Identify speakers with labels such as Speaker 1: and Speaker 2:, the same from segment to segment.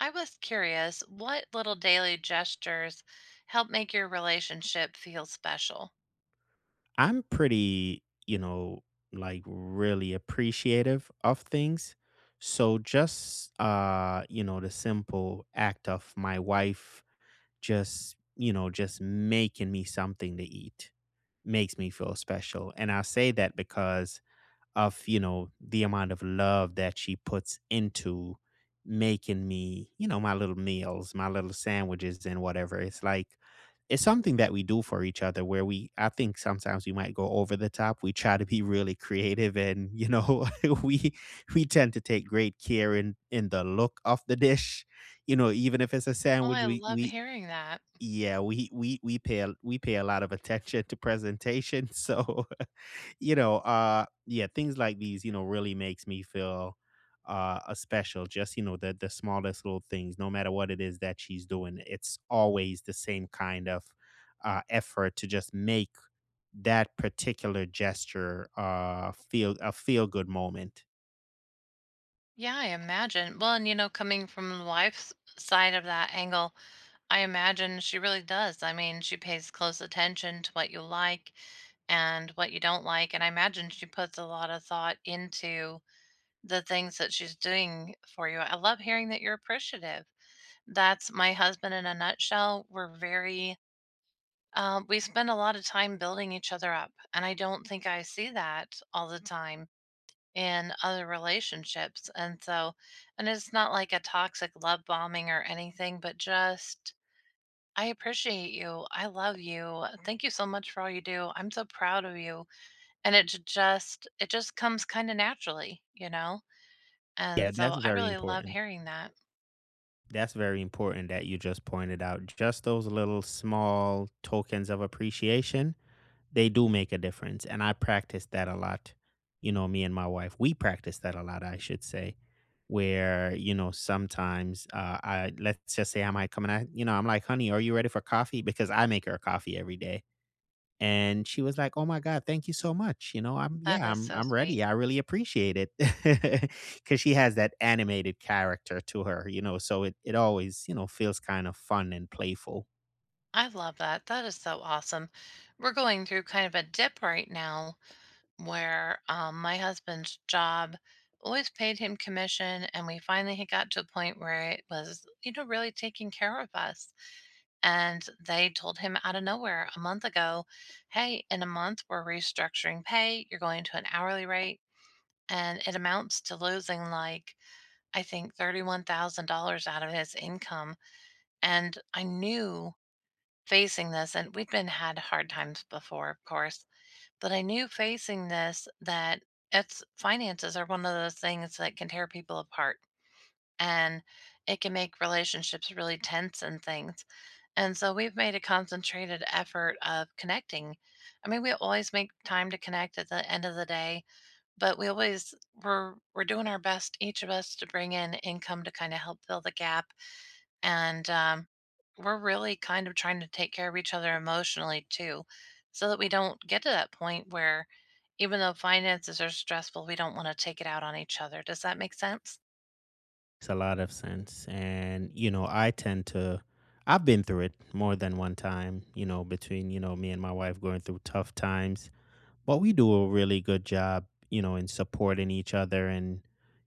Speaker 1: I was curious, what little daily gestures help make your relationship feel special?
Speaker 2: I'm pretty, like really appreciative of things. So just the simple act of my wife just, making me something to eat makes me feel special. And I say that because of the amount of love that she puts into making me my little meals, my little sandwiches, and whatever. It's like it's something that we do for each other where we I think sometimes we might go over the top. We try to be really creative and we we tend to take great care in the look of the dish. You know, even if it's a
Speaker 1: Oh,
Speaker 2: sandwich,
Speaker 1: I love
Speaker 2: we
Speaker 1: hearing that.
Speaker 2: yeah, we pay a lot of attention to presentation. So yeah, things like these, you know, really makes me feel a special. Just you know, the smallest little things, no matter what it is that she's doing, it's always the same kind of effort to just make that particular gesture feel a feel good moment.
Speaker 1: Yeah, I imagine. Well, and you know, coming from the wife's side of that angle, I imagine she really does. I mean, she pays close attention to what you like and what you don't like. And I imagine she puts a lot of thought into the things that she's doing for you. I love hearing that you're appreciative. That's my husband in a nutshell. We're very. We spend a lot of time building each other up, and I don't think I see that all the time in other relationships. And so, and it's not like a toxic love bombing or anything, but just, I appreciate you. I love you. Thank you so much for all you do. I'm so proud of you. And it j- just it just comes kind of naturally, you know?
Speaker 2: Yeah,
Speaker 1: And
Speaker 2: that's
Speaker 1: so I
Speaker 2: very
Speaker 1: really love
Speaker 2: important.
Speaker 1: hearing that.
Speaker 2: That's very important that you just pointed out. Just those little small tokens of appreciation, they do make a difference. And I practice that a lot. You know, me and my wife, we practice that a lot, I should say, where, you know, sometimes let's just say I might come and you know, I'm like, honey, are you ready for coffee? Because I make her coffee every day. And she was like, "Oh my God, thank you so much. You know,
Speaker 1: That is so
Speaker 2: I'm ready.
Speaker 1: sweet.
Speaker 2: I really appreciate it." Because she has that animated character to her. You know, so it always, you know, feels kind of fun and playful.
Speaker 1: I love that. That is so awesome. We're going through kind of a dip right now where my husband's job always paid him commission, and we finally had got to a point where it was, you know, really taking care of us. And they told him out of nowhere a month ago, hey, in a month we're restructuring pay, you're going to an hourly rate, and it amounts to losing, like, I think $31,000 out of his income. And I knew, facing this, and we'd been had hard times before, of course, but I knew, facing this, that it's finances are one of those things that can tear people apart, and it can make relationships really tense and things. And so we've made a concentrated effort of connecting. I mean, we always make time to connect at the end of the day, but we always we're doing our best, each of us, to bring in income to kind of help fill the gap. And we're really kind of trying to take care of each other emotionally too, so that we don't get to that point where, even though finances are stressful, we don't want to take it out on each other. Does that make sense?
Speaker 2: It's a lot of sense. And, you know, I've been through it more than one time, you know, between, you know, me and my wife going through tough times. But we do a really good job, you know, in supporting each other and,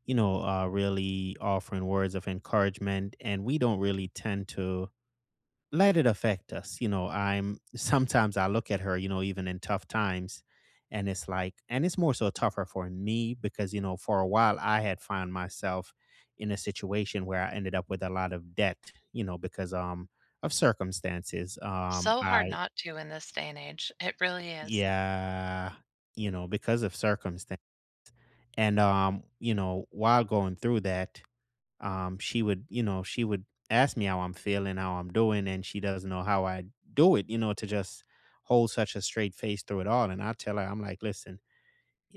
Speaker 2: you know, really offering words of encouragement. And we don't really let it affect us. You know, I'm sometimes I look at her, you know, even in tough times, and it's more so tougher for me because, you know, for a while I had found myself in a situation where I ended up with a lot of debt, you know, because of circumstances.
Speaker 1: So hard
Speaker 2: I
Speaker 1: not to in this day and age, it really is.
Speaker 2: Yeah, you know, because of circumstance. And you know, while going through that, she would, she would ask me how I'm feeling, how I'm doing, and she doesn't know how I do it, you know, to just hold such a straight face through it all. And I tell her, I'm like, listen,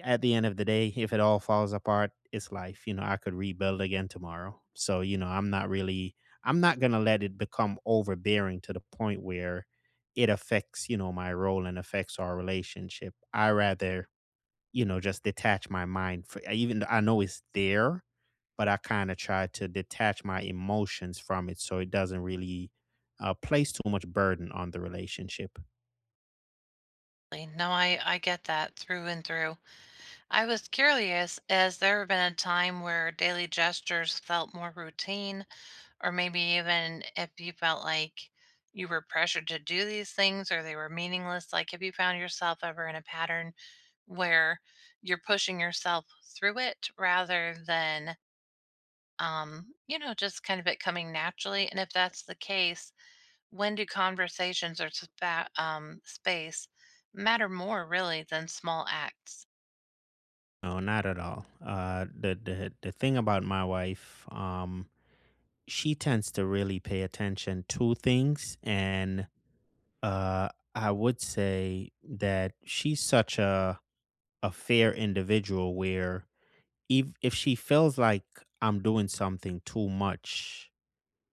Speaker 2: at the end of the day, if it all falls apart, it's life. You know, I could rebuild again tomorrow. So, you know, I'm not going to let it become overbearing to the point where it affects, you know, my role and affects our relationship. I rather, you know, just detach my mind. For, even though I know it's there, but I kind of try to detach my emotions from it so it doesn't really place too much burden on the relationship.
Speaker 1: No, I get that through and through. I was curious, has there been a time where daily gestures felt more routine? Or maybe even if you felt like you were pressured to do these things or they were meaningless, like, have you found yourself ever in a pattern where you're pushing yourself through it rather than, you know, just kind of it coming naturally? And if that's the case, when do conversations or space matter more really than small acts?
Speaker 2: No, not at all. The thing about my wife, she tends to really pay attention to things, and I would say that she's such a fair individual where if she feels like I'm doing something too much,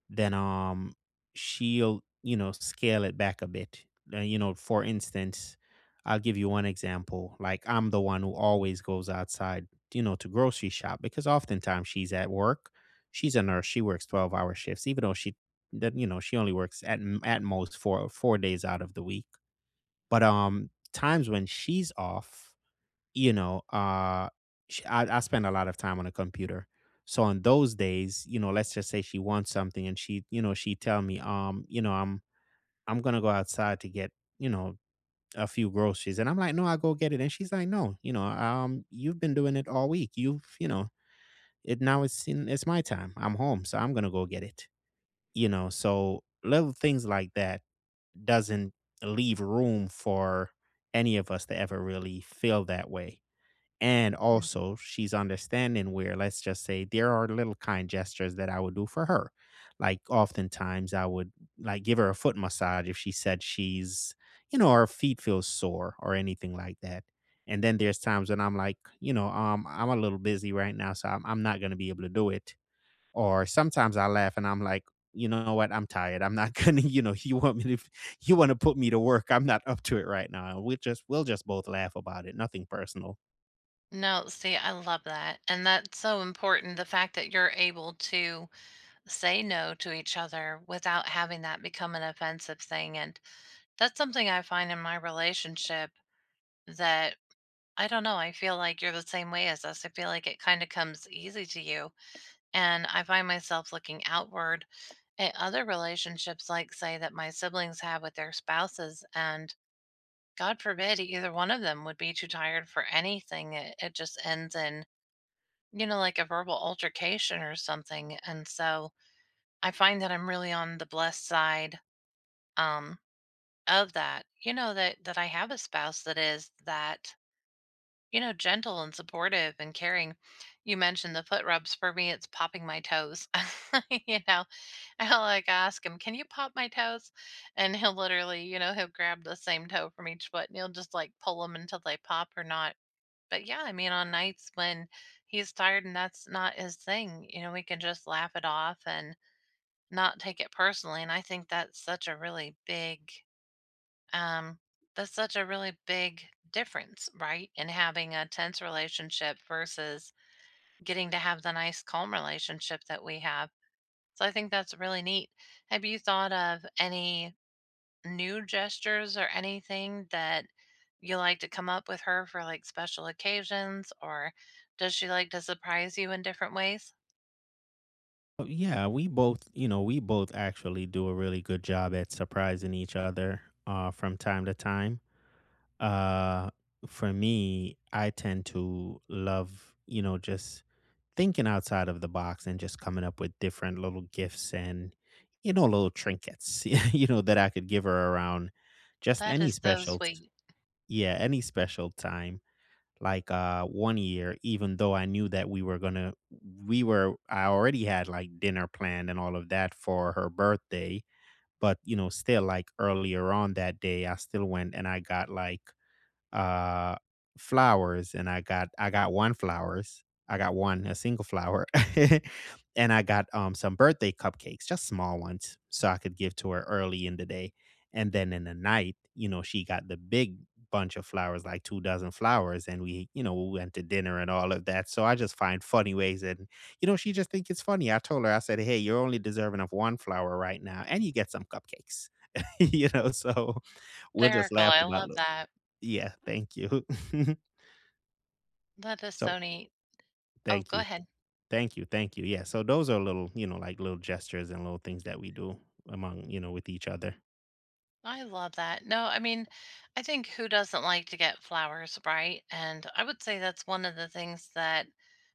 Speaker 2: then she'll, you know, scale it back a bit. You know, for instance, I'll give you one example. Like, I'm the one who always goes outside, you know, to grocery shop because oftentimes she's at work. She's a nurse. She works 12-hour shifts, even though she that you know, she only works at most four days out of the week. But times when she's off, you know, uh, sh I spend a lot of time on a computer. So on those days, you know, let's just say she wants something and she tell me, you know, I'm gonna go outside to get, you know, a few groceries. And I'm like, no, I'll go get it. And she's like, no, you know, you've been doing it all week. You've, you know, it now it's in, it's my time. I'm home, so I'm gonna go get it. You know, so little things like that doesn't leave room for any of us to ever really feel that way. And
Speaker 1: N-
Speaker 2: also, she's understanding where, let's just say, there are little kind gestures that I would do for her. Like, oftentimes, I would like give her a foot massage if she said you know, her feet feel sore or anything like that. And then there's times when I'm like, you know, I'm a little busy right now, so I'm not going to be able to do it. Or sometimes I laugh and I'm like, you know what? I'm tired. I'm not gonna, you know, you want to put me to work. I'm not up to it right now. And we'll just both laugh about it. Nothing personal.
Speaker 1: No, see, I love that. And that's so important. The fact that you're able to say no to each other without having that become an offensive thing. And that's something I find in my relationship, that, I don't know, I feel like you're the same way as us. I feel like it kind of comes easy to you. And I find myself looking outward at other relationships, like, say, that my siblings have with their spouses. And God forbid either one of them would be too tired for anything. It just ends in, you know, like a verbal altercation or something. And so I find that I'm really on the blessed side, um of that, you know, that I have a spouse that is that, you know, gentle and supportive and caring. You mentioned the foot rubs. For me, it's popping my toes. You know, I'll like ask him, can you pop my toes? And he'll literally, you know, he'll grab the same toe from each foot and he'll just like pull them until they pop or not. But yeah, I mean, on nights when he's tired and that's not his thing, you know, we can just laugh it off and not take it personally. And I think that's such a really big, um, that's such a really big difference, right? In having a tense relationship versus getting to have the nice, calm relationship that we have. So I think that's really neat. Have you thought of any new gestures or anything that you like to come up with her for, like, special occasions? Or does she like to surprise you in different ways?
Speaker 2: Yeah, we both, you know, we both actually do a really good job at surprising each other from time to time. Uh, for me, I tend to love, you know, just thinking outside of the box and just coming up with different little gifts and, you know, little trinkets, you know, that I could give her around just
Speaker 1: That is so sweet.
Speaker 2: yeah, any special time. Like 1 year, even though I knew that we were gonna we were I already had like dinner planned and all of that for her birthday. But you know, still, like, earlier on that day I still went and I got like uh, flowers, and I got one flowers. I got one, a single flower, and I got some birthday cupcakes, just small ones, so I could give to her early in the day. And then in the night, you know, she got the big bunch of flowers, like 2 dozen flowers, and we, you know, we went to dinner and all of that. So I just find funny ways, and you know, she just think it's funny. I told her, I said, hey, you're only deserving of one flower right now, and you get some cupcakes, you know. So we'll just
Speaker 1: Hysterical.
Speaker 2: laugh
Speaker 1: I
Speaker 2: about
Speaker 1: love
Speaker 2: little—
Speaker 1: that.
Speaker 2: yeah, thank you.
Speaker 1: That is
Speaker 2: So,
Speaker 1: so neat. Oh,
Speaker 2: thank
Speaker 1: go
Speaker 2: you.
Speaker 1: ahead.
Speaker 2: Thank you. Yeah, so those are little, you know, like little gestures and little things that we do among, you know, with each other.
Speaker 1: I love that. No, I mean, I think who doesn't like to get flowers, right? And I would say that's one of the things that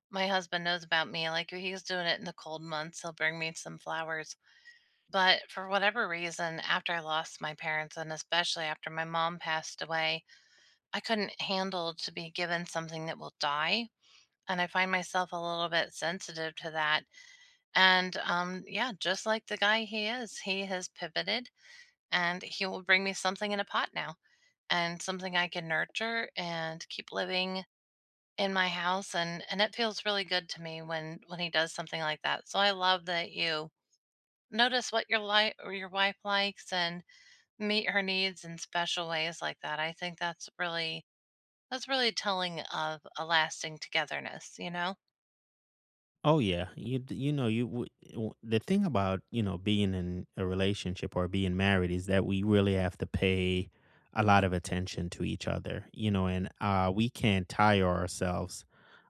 Speaker 1: my husband knows about me. Like, if he's doing it in the cold months, he'll bring me some flowers. But for whatever reason, after I lost my parents, and especially after my mom passed away, I couldn't handle to be given something that will die. And I find myself a little bit sensitive to that. And yeah, just like the guy he is, he has pivoted, and he will bring me something in a pot now, and something I can nurture and keep living in my house. And it feels really good to me when he does something like that. So I love that you notice what your life, or your wife, likes, and meet her needs in special ways like that. I think that's really telling of a lasting togetherness, you know?
Speaker 2: Oh yeah, you d- you know, you w- w- the thing about, you know, being in a relationship or being married is that we really have to pay a lot of attention to each other, you know, and we can't tire ourselves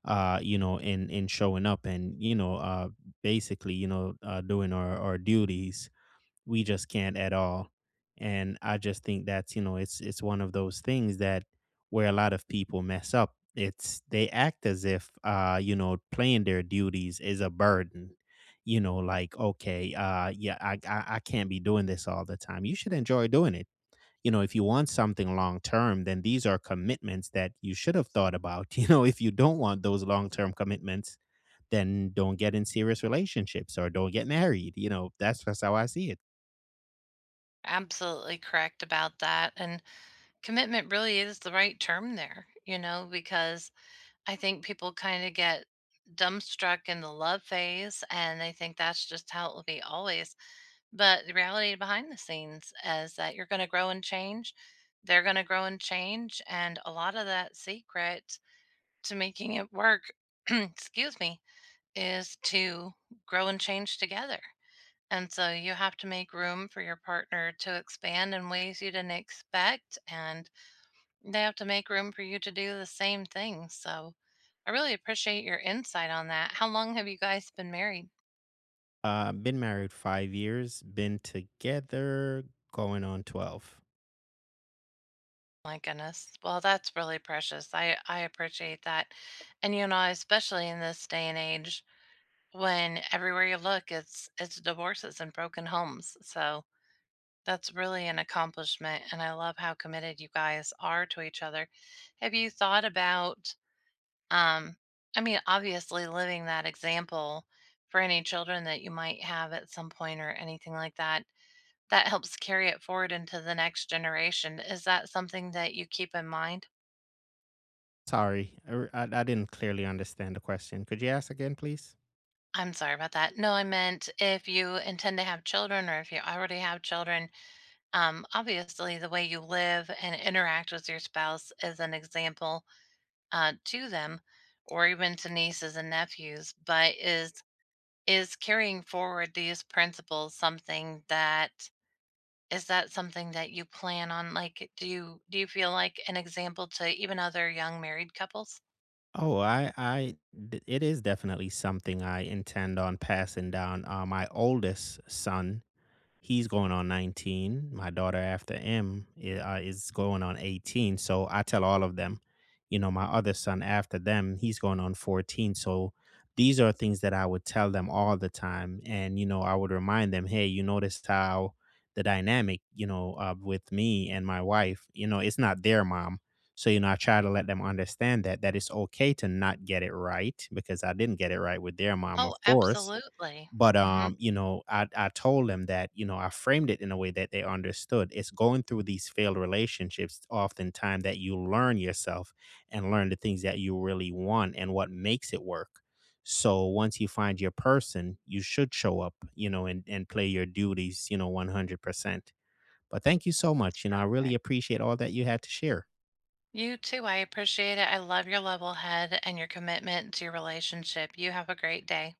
Speaker 2: you know, in showing up and you know, basically, you know, doing our duties. We just can't at all. And I just think that's, you know, it's one of those things that where a lot of people mess up. It's they act as if you know, playing their duties is a burden. You know, like, okay, yeah, I can't be doing this all the time. You should enjoy doing it. You know, if you want something long term, then these are commitments that you should have thought about. You know, if you don't want those long term commitments, then don't get in serious relationships or don't get married. You know, that's just how I see it.
Speaker 1: Absolutely correct about that. And commitment really is the right term there, you know, because I think people kind of get dumbstruck in the love phase, and they think that's just how it will be always. But the reality behind the scenes is that you're going to grow and change. They're going to grow and change. And a lot of that secret to making it work, excuse me, is to grow and change together. And so you have to make room for your partner to expand in ways you didn't expect, and they have to make room for you to do the same thing. So I really appreciate your insight on that. How long have you guys been married?
Speaker 2: Been married 5 years, been together going on 12.
Speaker 1: My goodness. Well, that's really precious. I appreciate that. And, you know, especially in this day and age, when everywhere you look, it's divorces and broken homes. So that's really an accomplishment, and I love how committed you guys are to each other. Have you thought about... Um, I mean, obviously, living that example for any children that you might have at some point or anything like that, that helps carry it forward into the next generation. Is that something that you keep in mind?
Speaker 2: Sorry, I didn't clearly understand the question. Could you ask again, please?
Speaker 1: I'm sorry about that. No, I meant, if you intend to have children or if you already have children, obviously the way you live and interact with your spouse is an example, to them, or even to nieces and nephews. But is carrying forward these principles something that is that something that you plan on? Like, do you feel like an example to even other young married couples?
Speaker 2: Oh, it is definitely something I intend on passing down. My oldest son, he's going on 19. My daughter after him is going on 18. So I tell all of them, you know, my other son after them, he's going on 14. So these are things that I would tell them all the time. And, you know, I would remind them, hey, you noticed how the dynamic, you know, with me and my wife, you know, it's not their mom. So, you know, I try to let them understand that, that it's okay to not get it right because I didn't get it right with their mom, of
Speaker 1: Oh,
Speaker 2: course.
Speaker 1: absolutely.
Speaker 2: But,
Speaker 1: Mhm.
Speaker 2: you know, I told them that, you know, I framed it in a way that they understood. It's going through these failed relationships oftentimes that you learn yourself and learn the things that you really want and what makes it work. So once you find your person, you should show up, you know, and play your duties, you know, 100%. But thank you so much. You know, I really
Speaker 1: Perfect.
Speaker 2: appreciate all that you had to share.
Speaker 1: You too. I appreciate it. I love your level head and your commitment to your relationship. You have a great day.